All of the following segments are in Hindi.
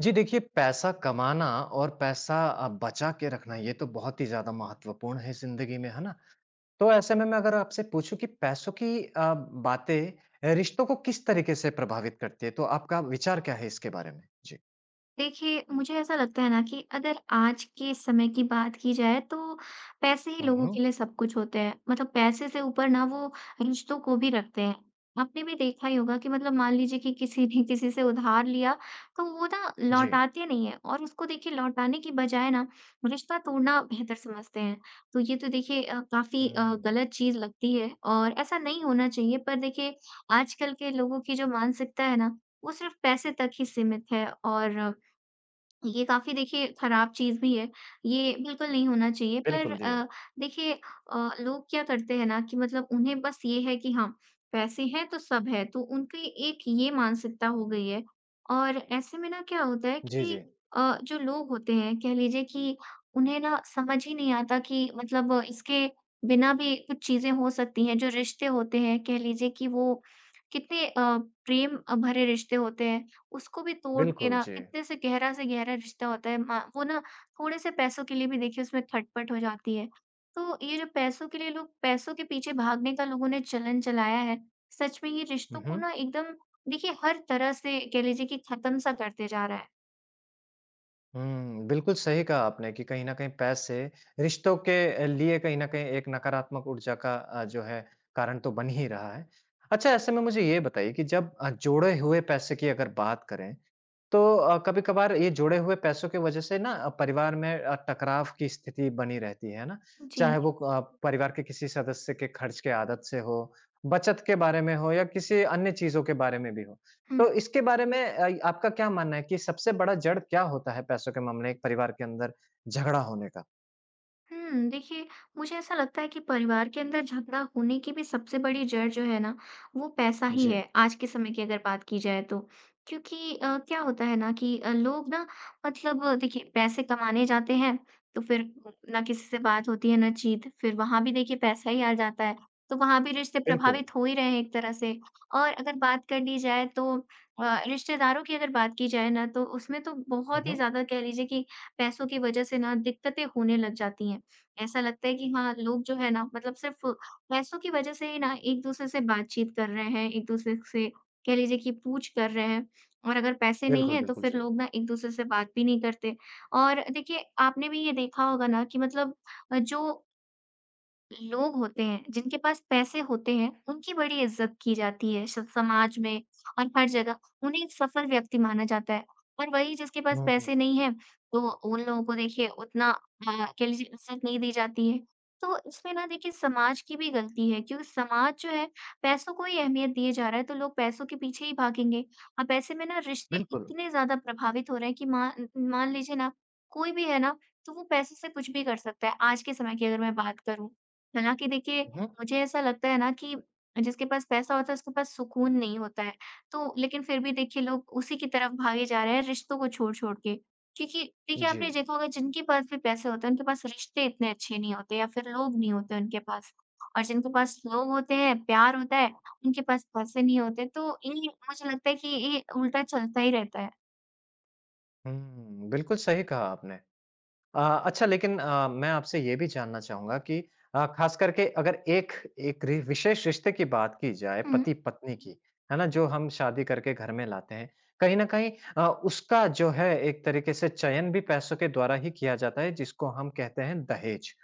जी देखिए, पैसा कमाना और पैसा बचा के रखना ये तो बहुत ही ज़्यादा महत्वपूर्ण है ज़िंदगी में, है ना? तो ऐसे में मैं अगर आपसे पूछूँ कि पैसों की बातें रिश्तों को किस तरीके से प्रभावित करती है? तो आपका विचार क्या है इसके बारे में? जी। देखिए, मुझे ऐसा लगता है ना कि अगर आज के समय की बात की जाए तो पैसे ही हुँ, लोगों हुँ। के लिए सब कुछ होते हैं। मतलब पैसे से ऊपर ना वो रिश्तों को भी रखते हैं। आपने भी देखा ही होगा कि मतलब मान लीजिए कि किसी ने किसी से उधार लिया, तो वो ना जी। लौटाते नहीं हैं और उसको देखिए लौटाने की बजाय ना रिश्ता तोड़ना बेहतर समझते हैं। तो ये तो देखिए काफ़ी हुँ। गलत चीज़ लगती है और ऐसा नहीं होना चाहिए। पर देखिए, आजकल के लोगों की जो मानसिकता है ना, वो सिर्फ़ पैसे तक ही सीमित है और ये काफ़ी देखिए ख़राब चीज़ भी है। ये बिल्कुल नहीं होना चाहिए, पर बिल्कुल, जी। देखिए, लोग क्या करते हैं ना कि मतलब उन्हें बस ये है कि हाँ, पैसे हैं तो सब है, तो उनकी एक ये मानसिकता हो गई है। और ऐसे में ना क्या होता है जी, जी। कि जो लोग होते हैं, कह लीजिए कि उन्हें ना समझ ही नहीं आता कि मतलब इसके बिना भी कुछ चीज़ें हो सकती हैं। जो रिश्ते होते हैं, कह लीजिए कि वो कितने प्रेम भरे रिश्ते होते हैं। उसको भी तोड़ के बिल्कुल, ना, जी। कितने से गहरा रिश्ता होता है, मा वो ना थोड़े से पैसों के लिए भी देखिए उसमें खटपट हो जाती है। तो ये जो पैसों के लिए लोग पैसों के पीछे भागने का लोगों ने चलन चलाया है, सच में ये हुँ, रिश्तों को हुँ। ना एकदम देखिए हर तरह से कह लीजिए कि खत्म-सा करते जा रहा है। हुँ, बिल्कुल सही कहा आपने कि कहीं न कहीं पैसे रिश्तों के लिए कहीं न कहीं एक नकारात्मक ऊर्जा का जो है कारण तो बन ही रहा है। अच्छा ऐसे में मुझे ये बताइए कि जब जोड़े हुए पैसे की अगर बात करें तो कभी-कभार ये जुड़े हुए पैसों की वजह से ना परिवार में टकराव की स्थिति बनी रहती है ना? जी। चाहे वो परिवार के किसी सदस्य के खर्च के आदत से हो, बचत के बारे में हो या किसी अन्य चीज़ों के बारे में भी हो। हुँ। तो इसके बारे में आपका क्या मानना है कि सबसे बड़ा जड़ क्या होता है पैसों के मामले एक परिवार के अंदर झगड़ा होने का? हुँ, देखिए, मुझे ऐसा लगता है कि परिवार के अंदर झगड़ा होने की भी सबसे बड़ी जड़ जो है ना, वो पैसा ही जी। है, आज के समय की अगर बात की जाए तो। क्योंकि क्या होता है ना कि लोग ना मतलब देखिए पैसे कमाने जाते हैं, तो फिर ना किसी से बात होती है, ना चीत, फिर वहाँ भी देखिए पैसा ही आ जाता है, तो वहाँ भी रिश्ते बिल्कुल। प्रभावित हो ही रहे हैं एक तरह से। और अगर बात कर ली जाए तो रिश्तेदारों की अगर बात की जाए ना, तो उसमें तो हुँ, बहुत ही हुँ। ज़्यादा कह लीजिए कि पैसों की वजह से ना दिक्कतें होने लग जाती हैं। ऐसा लगता है कि हाँ, लोग जो है ना मतलब सिर्फ़ पैसों की वज़ह से ही ना एक-दूसरे से बातचीत कर रहे हैं, एक-दूसरे से कह लीजिए कि पूछ कर रहे हैं, और अगर पैसे नहीं बिल्कुल, हैं, तो बिल्कुल फिर जी। लोग ना एक-दूसरे से बात भी नहीं करते। और देखिए, आपने भी ये देखा होगा ना कि मतलब जो लोग होते हैं, जिनके पास पैसे होते हैं, उनकी बड़ी इज़्ज़त की जाती है स समाज में और हर जगह। उन्हें एक सफल व्यक्ति माना जाता है, और वही जिसके पास हुँ, पैसे नहीं हैं, तो उन लोगों को देखिए उतना कह लीजिए इज़्ज़त नहीं दी जाती है। तो इसमें ना देखिए समाज की भी गलती है, क्योंकि समाज जो है, पैसों को ही अहमियत दिए जा रहा है, तो लोग पैसों के पीछे ही भागेंगे। अब ऐसे में ना रिश्ते बिल्कुल। इतने ज़्यादा प्रभावित हो रहे हैं कि मान मान लीजिए ना, कोई भी है ना, तो वो पैसे से कुछ भी कर सकता है, आज के समय की अगर मैं बात करूँ। हालाँकि देखिए, हुँ, हुँ। मुझे ऐसा लगता है ना कि जिसके पास पैसा होता है उसके पास सुकून नहीं होता है। तो लेकिन फिर भी देखिए लोग उसी की तरफ भागे जा रहे हैं, रिश्तों को छोड़-छोड़ के। क्योंकि देखिए जी। आपने देखा होगा, जिनके पास भी पैसे होते हैं उनके पास रिश्ते इतने अच्छे नहीं होते, या फिर लोग नहीं होते उनके पास। और जिनके पास लोग होते हैं, प्यार होता है, उनके पास पैसे नहीं होते। तो ये मुझे लगता है कि ये उल्टा चलता ही रहता है। हुँ, बिल्कुल सही कहा आपने। अ, अच्छा लेकिन मैं आपसे ये भी जानना चाहूँगा कि ख़ास करके अगर एक एक रि विशेष रिश्ते की बात की जाए हुँ। पति-पत्नी की, है ना? जो हम शादी करके घर में लाते हैं, कहीं न कहीं उसका जो है एक तरीके से चयन भी पैसों के द्वारा ही किया जाता है जिसको हम कहते हैं दहेज,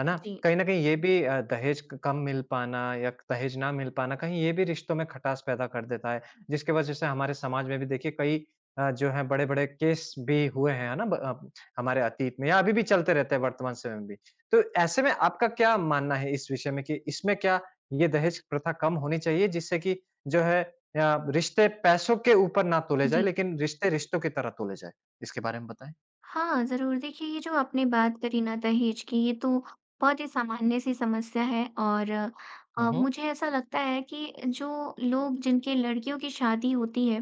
है ना? जी। कहीं न कहीं ये भी दहेज क कम मिल पाना या दहेज ना मिल पाना कहीं ये भी रिश्तों में खटास पैदा कर देता है, जिसकी वजह से हमारे समाज में भी देखिए कई जो है बड़े-बड़े केस भी हुए हैं, है ना? हमारे अतीत में या अभी भी चलते रहते हैं वर्तमान समय में भी। तो ऐसे में आपका क्या मानना है इस विषय में कि इसमें क्या ये दहेज प्रथा कम होनी चाहिए जिससे कि जो है रिश्ते पैसों के ऊपर ना तोले जाए जी। लेकिन रिश्ते रिश्तों की तरह तोले जाए? इसके बारे में बताएँ? हाँ, ज़रूर। देखिए, ये जो आपने बात करी ना दहेज की, ये तो बहुत ही सामान्य-सी समस्या है, और हुँ, हुँ। मुझे ऐसा लगता है कि जो लोग जिनके लड़कियों की शादी होती है,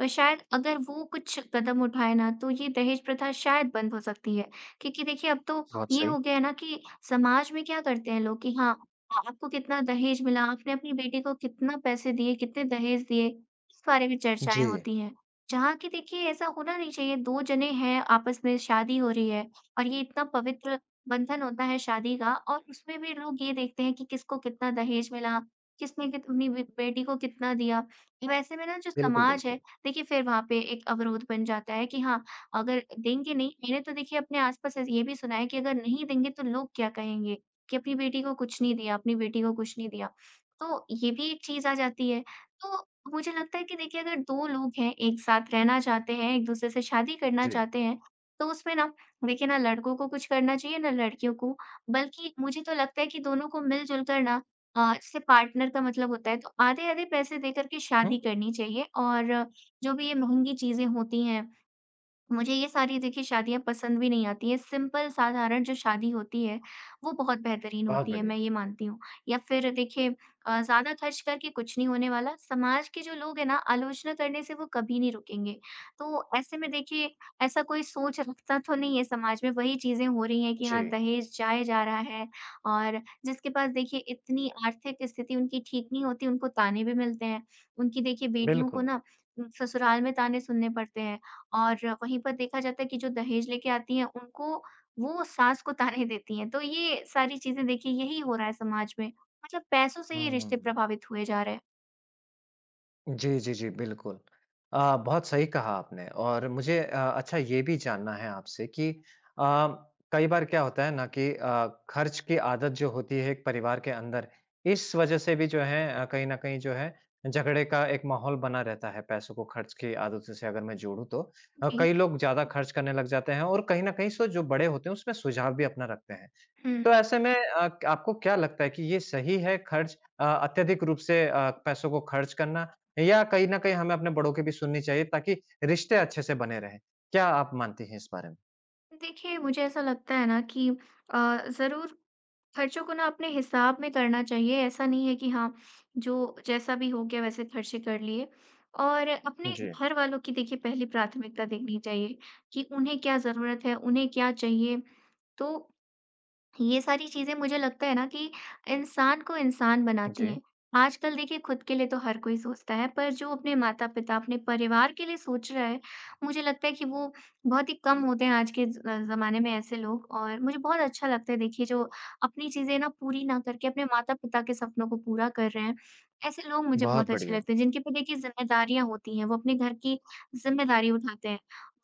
शायद अगर वो कुछ कदम उठाए ना, तो ये दहेज प्रथा शायद बंद हो सकती है। क्योंकि देखिए, अब तो बहुत ये सही। हो गया है ना कि समाज में क्या करते हैं लोग कि हाँ, आपको कितना दहेज मिला, आपने अपनी बेटी को कितना पैसे दिए, कितने दहेज दिए, इस बारे में चर्चाएँ जी। होती हैं। जहाँ कि देखिए ऐसा होना नहीं चाहिए, 2 जने हैं, आपस में शादी हो रही है, और ये इतना पवित्र बंधन होता है शादी का, और उसमें भी लोग ये देखते हैं कि किसको कितना दहेज मिला, किसने कित अपनी बे बेटी को कितना दिया। वैसे में ना जो बिल्कुल, समाज बिल्कुल। है, देखिए फिर वहाँ पे एक अवरोध बन जाता है कि हाँ, अगर देंगे नहीं, मैंने तो देखिए अपने आस-पास ऐसे ये भी सुना है कि अगर नहीं देंगे तो लोग क्या कहेंगे कि अपनी बेटी को कुछ नहीं दिया, अपनी बेटी को कुछ नहीं दिया। तो ये भी एक चीज़ आ जाती है। तो मुझे लगता है कि देखिए अगर 2 लोग हैं, एक साथ रहना चाहते हैं, एक-दूसरे से शादी करना जी। चाहते हैं, तो उसमें ना देखिए ना लड़कों को कुछ करना चाहिए, ना लड़कियों को, बल्कि मुझे तो लगता है कि दोनों को मिल-जुल कर ना, जैसे पार्टनर का मतलब होता है, तो आधे-आधे पैसे देकर के हुँ, शादी करनी चाहिए। और जो भी ये महँगी चीज़ें होती हैं, मुझे ये सारी देखिए शादियाँ पसंद भी नहीं आती हैं। सिंपल साधारण जो शादी होती है, वो बहुत बेहतरीन बहुत होती है, बढ़िया। मैं ये मानती हूँ। या फिर देखिए ज़्यादा खर्च करके कुछ नहीं होने वाला। समाज के जो लोग हैं ना, आलोचना करने से वो कभी नहीं रुकेंगे। तो ऐसे में देखिए ऐसा कोई सोच रखता तो नहीं है समाज में, वही चीज़ें हो रही हैं कि जी, हाँ, दहेज जाया जा रहा है, और जिसके पास देखिए इतनी आर्थिक स्थिति उनकी ठीक नहीं होती, उनको ताने भी मिलते हैं। उनकी देखिए बेटियों को बिल्कुल। ना ससुराल में ताने सुनने पड़ते हैं। और वहीं पर देखा जाता है कि जो दहेज लेके आती हैं, उनको, वो सास को ताने देती हैं। तो ये सारी चीज़ें देखिए यही हो रहा है समाज में। मतलब पैसों से ही हुँ। रिश्ते प्रभावित हुए जा रहे हैं। जी, जी, जी, बिल्कुल। अ, बहुत सही कहा आपने और मुझे अच्छा ये भी जानना है आपसे कि अ, कई बार क्या होता है ना कि खर्च की आदत जो होती है एक परिवार के अंदर, इस वजह से भी जो है कहीं न कहीं जो है झगड़े का एक माहौल बना रहता है, पैसों को खर्च की आदत से अगर मैं जोड़ूँ तो। जी। कई लोग ज़्यादा खर्च करने लग जाते हैं और कहीं न कहीं जो बड़े होते हैं उसमें सुझाव भी अपना रखते हैं। हुँ। तो ऐसे में आपको क्या लगता है कि ये सही है खर्च अत्यधिक रूप से पैसों को खर्च करना या कहीं न कहीं हमें अपने बड़ों की भी सुननी चाहिए ताकि रिश्ते अच्छे से बने रहें? क्या आप मानती हैं इस बारे में? देखिए, मुझे ऐसा लगता है ना कि ज़रूर खर्चों को ना अपने हिसाब में करना चाहिए। ऐसा नहीं है कि हाँ, जो जैसा भी हो गया वैसे खर्चे कर लिए, और अपने जी, घर वालों की देखिए पहली प्राथमिकता देखनी चाहिए कि उन्हें क्या ज़रूरत है, उन्हें क्या चाहिए। तो ये सारी चीज़ें मुझे लगता है ना कि इंसान को इंसान बनाती जी। हैं। आजकल देखिए खुद के लिए तो हर कोई सोचता है, पर जो अपने माता-पिता, अपने परिवार के लिए सोच रहा है, मुझे लगता है कि वो बहुत ही कम होते हैं आज के ज़ ज़माने में ऐसे लोग, और मुझे बहुत अच्छा लगता है देखिए जो अपनी चीज़ें ना पूरी ना करके अपने माता-पिता के सपनों को पूरा कर रहे हैं। ऐसे लोग मुझे बहुत बहुत अच्छे बढ़िया। लगते हैं जिनके पे देखिए ज़िम्मेदारियाँ होती हैं, वो अपने घर की ज़िम्मेदारी उठाते हैं।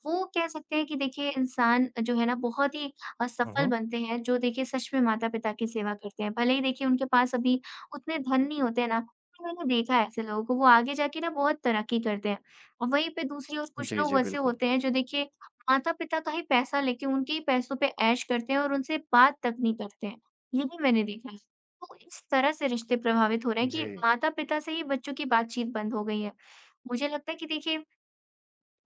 वो कह सकते हैं कि देखिए इंसान जो है ना बहुत ही हुँ, सफल हुँ। बनते हैं, जो देखिए सच में माता-पिता की सेवा करते हैं। भले ही देखिए उनके पास अभी उतने धन नहीं होते हैं ना, पर मैंने देखा है ऐसे लोगों को, वो आगे जाके ना बहुत तरक्की करते हैं। और वहीं पे दूसरी ओर कुछ जी, जी, लोग ऐसे बिल्कुल। होते हैं जो देखिए माता-पिता का ही पैसा लेके उनके ही पैसों पे ऐश करते हैं और उनसे बात तक नहीं करते हैं। ये भी मैंने देखा है। तो इस तरह से रिश्ते प्रभावित हो रहे हैं कि जी। माता-पिता से ही बच्चों की बातचीत बंद हो गई है। मुझे लगता है कि देखिए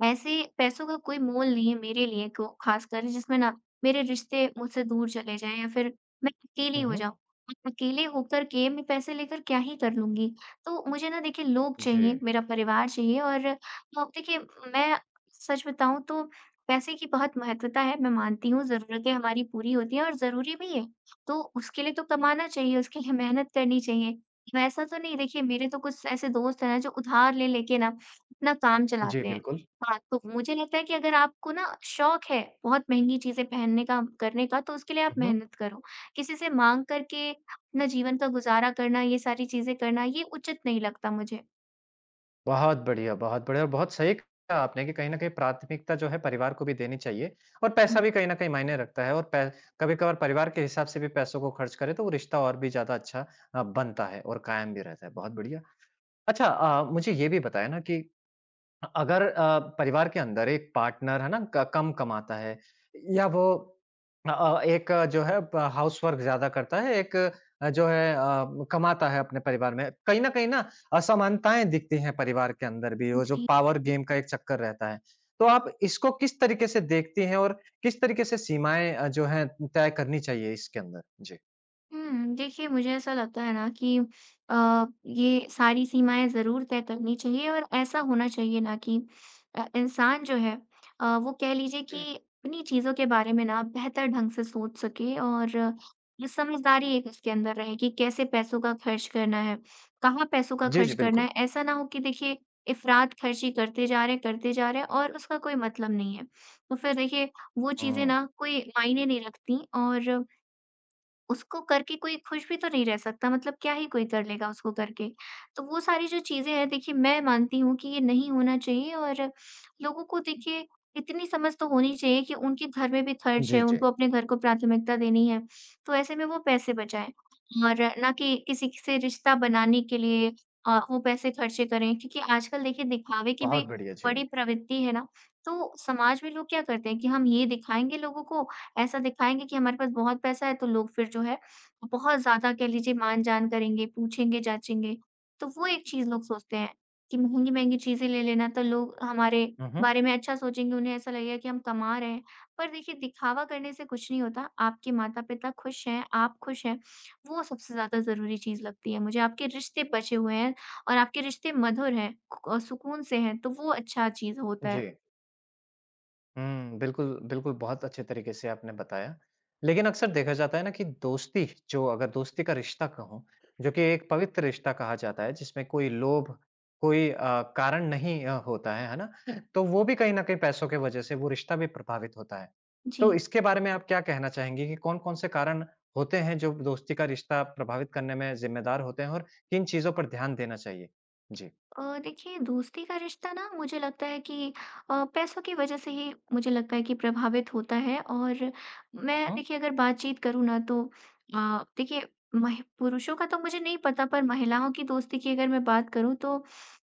ऐसे पैसों का कोई मोल नहीं है मेरे लिए, को ख़ासकर जिसमें ना मेरे रिश्ते मुझसे दूर चले जाएँ, या फिर मैं अकेली हुँ, हो हुँ। जाऊँ। अब अकेले होकर के मैं पैसे लेकर क्या ही कर लूँगी? तो मुझे ना देखिए लोग जी। चाहिए, मेरा परिवार चाहिए और अब देखिए मैं सच बताऊँ तो पैसे की बहुत महत्वता है। मैं मानती हूँ ज़रूरतें हमारी पूरी होती हैं और ज़रूरी भी है। तो उसके लिए तो कमाना चाहिए, उसके लिए मेहनत करनी चाहिए। वैसा तो नहीं देखिए, मेरे तो कुछ ऐसे दोस्त हैं ना जो उधार ले लेके ना अपना काम जी, चलाते हैं। बिल्कुल। हाँ, तो मुझे लगता है कि अगर आपको ना शौक है बहुत महँगी चीज़ें पहनने का, करने का, तो उसके लिए आप हुँ, हुँ। मेहनत करो। किसी से माँग करके अपना जीवन का गुज़ारा करना, ये सारी चीज़ें करना, ये उचित नहीं लगता मुझे। बहुत बढ़िया और बहुत सही कहा आपने कि कहीं न कहीं प्राथमिकता जो है परिवार को भी देनी चाहिए और पैसा हुँ, भी कहीं न कहीं मायने रखता है और पै कभी-कभार परिवार के हिसाब से भी पैसों को खर्च करें तो वो रिश्ता और भी ज़्यादा अच्छा बनता है और कायम भी रहता है। बहुत बढ़िया। अच्छा मुझे ये भी बताएँ ना कि अगर परिवार के अंदर एक पार्टनर है ना क कम कमाता है या वो एक जो है ब हाउसवर्क ज़्यादा करता है, एक जो है कमाता है अपने परिवार में। कहीं न कहीं ना असमानताएँ दिखती हैं परिवार के अंदर भी, वो जो जी। पावर गेम का एक चक्कर रहता है। तो आप इसको किस तरीके से देखती हैं और किस तरीके से सीमाएँ जो हैं तय करनी चाहिए इसके अंदर? जी। देखिए मुझे ऐसा लगता है ना कि ये सारी सीमाएँ ज़रूर तय करनी चाहिए और ऐसा होना चाहिए ना कि इंसान जो है, वो कह लीजिए जी। कि अपनी चीज़ों के बारे में ना बेहतर ढंग से सोच सके और ये समझदारी एक उसके अंदर रहे कि कैसे पैसों का खर्च करना है, कहाँ पैसों का जी, जी, खर्च करना है। बिल्कुल। ऐसा ना हो कि देखिए इफ़रात ख़र्ची करते जा रहे हैं, करते जा रहे हैं और उसका कोई मतलब नहीं है। तो फिर देखिए वो चीज़ें हुँ। ना कोई मायने नहीं रखती और उसको करके कोई खुश भी तो नहीं रह सकता, मतलब क्या ही कोई कर लेगा उसको करके। तो वो सारी जो चीज़ें हैं देखिए, मैं मानती हूँ कि ये नहीं होना चाहिए और लोगों को देखिए इतनी समझ तो होनी चाहिए कि उनके घर में भी खर्च जी, है, जी। उनको अपने घर को प्राथमिकता देनी है, तो ऐसे में वो पैसे बचाएँ और ना कि किसी से रिश्ता बनाने के लिए वो पैसे खर्चे करें। क्योंकि आजकल देखिए दिखावे की भी बहुत बढ़िया, जी। बड़ी प्रवृत्ति है ना, तो समाज में लोग क्या करते हैं कि हम ये दिखाएँगे लोगों को, ऐसा दिखाएँगे कि हमारे पास बहुत पैसा है, तो लोग फिर जो है बहुत ज़्यादा कह लीजिए मान-जान करेंगे, पूछेंगे-जाँचेंगे। तो वो एक चीज़ लोग सोचते हैं कि महँगी-महँगी चीज़ें ले लेना, तो लोग हमारे हुँ, हुँ। बारे में अच्छा सोचेंगे, उन्हें ऐसा लगेगा कि हम कमा रहे हैं। पर देखिए दिखावा करने से कुछ नहीं होता। आपके माता-पिता खुश हैं, आप खुश हैं, वो सबसे ज़्यादा ज़रूरी चीज़ लगती है मुझे। आपके रिश्ते बचे हुए हैं और आपके रिश्ते मधुर हैं, क सुकून से हैं, तो वो अच्छा चीज़ होता है। जी। हुँ, बिल्कुल, बिल्कुल, बहुत अच्छे तरीके से आपने बताया। लेकिन अक्सर देखा जाता है ना कि दोस्ती जो अगर दोस्ती का रिश्ता कहूँ, जो कि एक पवित्र रिश्ता कहा जाता है जिसमें कोई लोभ, कोई कारण नहीं होता है ना? तो वो भी कहीं न कहीं पैसों के वजह से वो रिश्ता भी प्रभावित होता है। जी। तो इसके बारे में आप क्या कहना चाहेंगी कि कौन-कौन से कारण होते हैं जो दोस्ती का रिश्ता प्रभावित करने में ज़िम्मेदार होते हैं और किन चीज़ों पर ध्यान देना चाहिए? जी। देखिए दोस्ती का रिश्ता ना मुझे लगता है कि पैसों की वजह से ही मुझे लगता है कि प्रभावित होता है और मैं हुँ, हुँ। देखिए अगर बातचीत करूँ ना, तो अ, देखिए पुरुषों का तो मुझे नहीं पता, पर महिलाओं की दोस्ती की अगर मैं बात करूँ, तो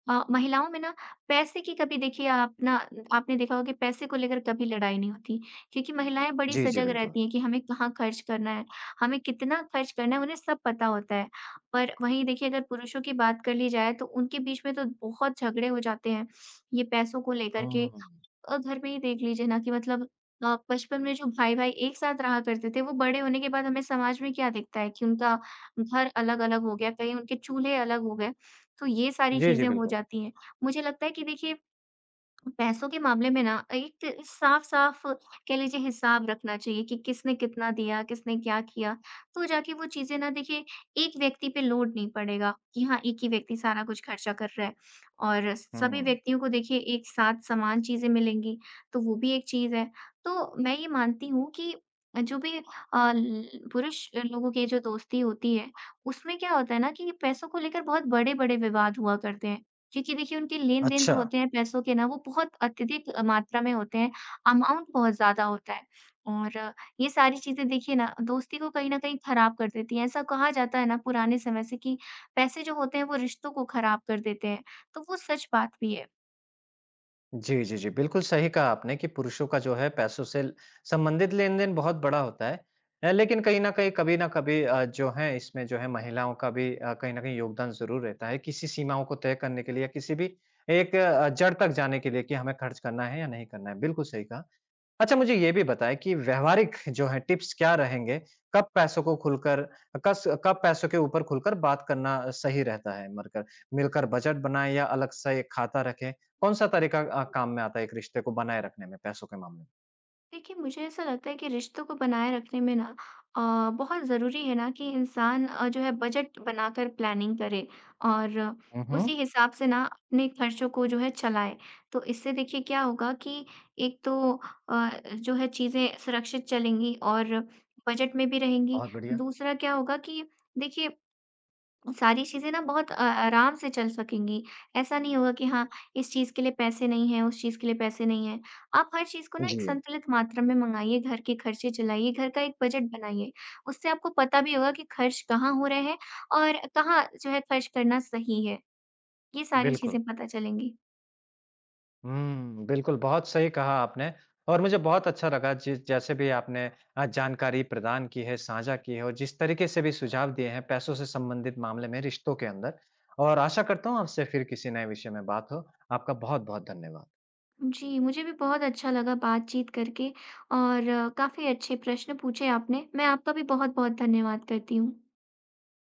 महिलाओं में ना पैसे की कभी देखिए, आप ना, आपने देखा होगा कि पैसे को लेकर कभी लड़ाई नहीं होती, क्योंकि महिलाएं बड़ी जी, जी, सजग बिल्कुल। रहती हैं कि हमें कहाँ खर्च करना है, हमें कितना खर्च करना है, उन्हें सब पता होता है। पर वहीं देखिए अगर पुरुषों की बात कर ली जाए, तो उनके बीच में तो बहुत झगड़े हो जाते हैं, ये पैसों को लेकर के। हुँ। घर में ही देख लीजिए ना कि मतलब बचपन में जो भाई-भाई एक साथ रहा करते थे, वो बड़े होने के बाद हमें समाज में क्या दिखता है कि उनका घर अलग-अलग हो गया, कहीं उनके चूल्हे अलग हो गए, तो ये सारी जी, जी, चीज़ें हो बिल्कुल। जाती हैं। मुझे लगता है कि देखिए पैसों के मामले में ना एक साफ-साफ कह लीजिए हिसाब रखना चाहिए कि किसने कितना दिया, किसने क्या किया, तो जाके वो चीज़ें ना देखिए, एक व्यक्ति पे लोड नहीं पड़ेगा कि हाँ, एक ही व्यक्ति सारा कुछ खर्चा कर रहा है। और सभी हुँ। व्यक्तियों को देखिए एक साथ समान चीज़ें मिलेंगी, तो वो भी एक चीज़ है। तो मैं ये मानती हूँ कि जो भी ल पुरुष लोगों की जो दोस्ती होती है, उसमें क्या होता है ना कि पैसों को लेकर बहुत बड़े-बड़े विवाद हुआ करते हैं। क्योंकि देखिए उनके लेन-देन जो अच्छा। होते हैं पैसों के ना, वो बहुत अत्यधिक मात्रा में होते हैं, अमाउंट बहुत ज़्यादा होता है। और ये सारी चीज़ें देखिए ना दोस्ती को कहीं न कहीं खराब कर देती हैं। ऐसा कहा जाता है ना पुराने समय से कि पैसे जो होते हैं वो रिश्तों को खराब कर देते हैं, तो वो सच बात भी है। जी, जी, जी। बिल्कुल सही कहा आपने कि पुरुषों का जो है पैसों से ल संबंधित लेन-देन बहुत बड़ा होता है। लेकिन कहीं न कहीं, कभी न कभी जो है इसमें जो है महिलाओं का भी कहीं न कहीं योगदान ज़रूर रहता है, किसी सीमाओं को तय करने के लिए या किसी भी एक जड़ तक जाने के लिए कि हमें खर्च करना है या नहीं करना है। बिल्कुल सही कहा। अच्छा, मुझे ये भी बताएँ कि व्यावहारिक जो हैं टिप्स क्या रहेंगे? कब पैसों को खुलकर कब पैसों के ऊपर खुलकर बात करना सही रहता है मरकर मिलकर बजट बनाएँ या अलग से खाता रखें? कौन-सा तरीका काम में आता है एक रिश्ते को बनाए रखने में पैसों के मामले में? देखिए, मुझे ऐसा लगता है कि रिश्तों को बनाए रखने में ना अ, बहुत ज़रूरी है ना कि इंसान जो है बजट बनाकर प्लानिंग करे और हुँ, हुँ। उसी हिसाब से ना अपने खर्चों को जो है चलाए। तो इससे देखिए क्या होगा कि एक तो जो है चीज़ें सुरक्षित चलेंगी और बजट में भी रहेंगी। बहुत बढ़िया। दूसरा क्या होगा कि देखिए सारी चीज़ें ना बहुत आराम से चल सकेंगी। ऐसा नहीं होगा कि हाँ, इस चीज़ के लिए पैसे नहीं हैं, उस चीज़ के लिए पैसे नहीं हैं। आप हर चीज़ को में? ना एक जी। संतुलित मात्रा में मँगाइए, घर के खर्चे चलाइए, घर का एक बजट बनाइए। उससे आपको पता भी होगा कि खर्च कहाँ हो रहे हैं और कहाँ जो है खर्च करना सही है। ये सारी बिल्कुल। चीज़ें पता चलेंगी। हुँ, बिल्कुल, बहुत सही कहा आपने और मुझे बहुत अच्छा लगा जिस जैसे भी आपने जानकारी प्रदान की है, साझा की है और जिस तरीके से भी सुझाव दिए हैं पैसों से संबंधित मामले में रिश्तों के अंदर और आशा करता हूँ आपसे फिर किसी नए विषय में बात हो। आपका बहुत-बहुत धन्यवाद। जी, मुझे भी बहुत अच्छा लगा बातचीत करके और काफ़ी अच्छे प्रश्न पूछे आपने। मैं आपका भी बहुत-बहुत धन्यवाद करती हूँ।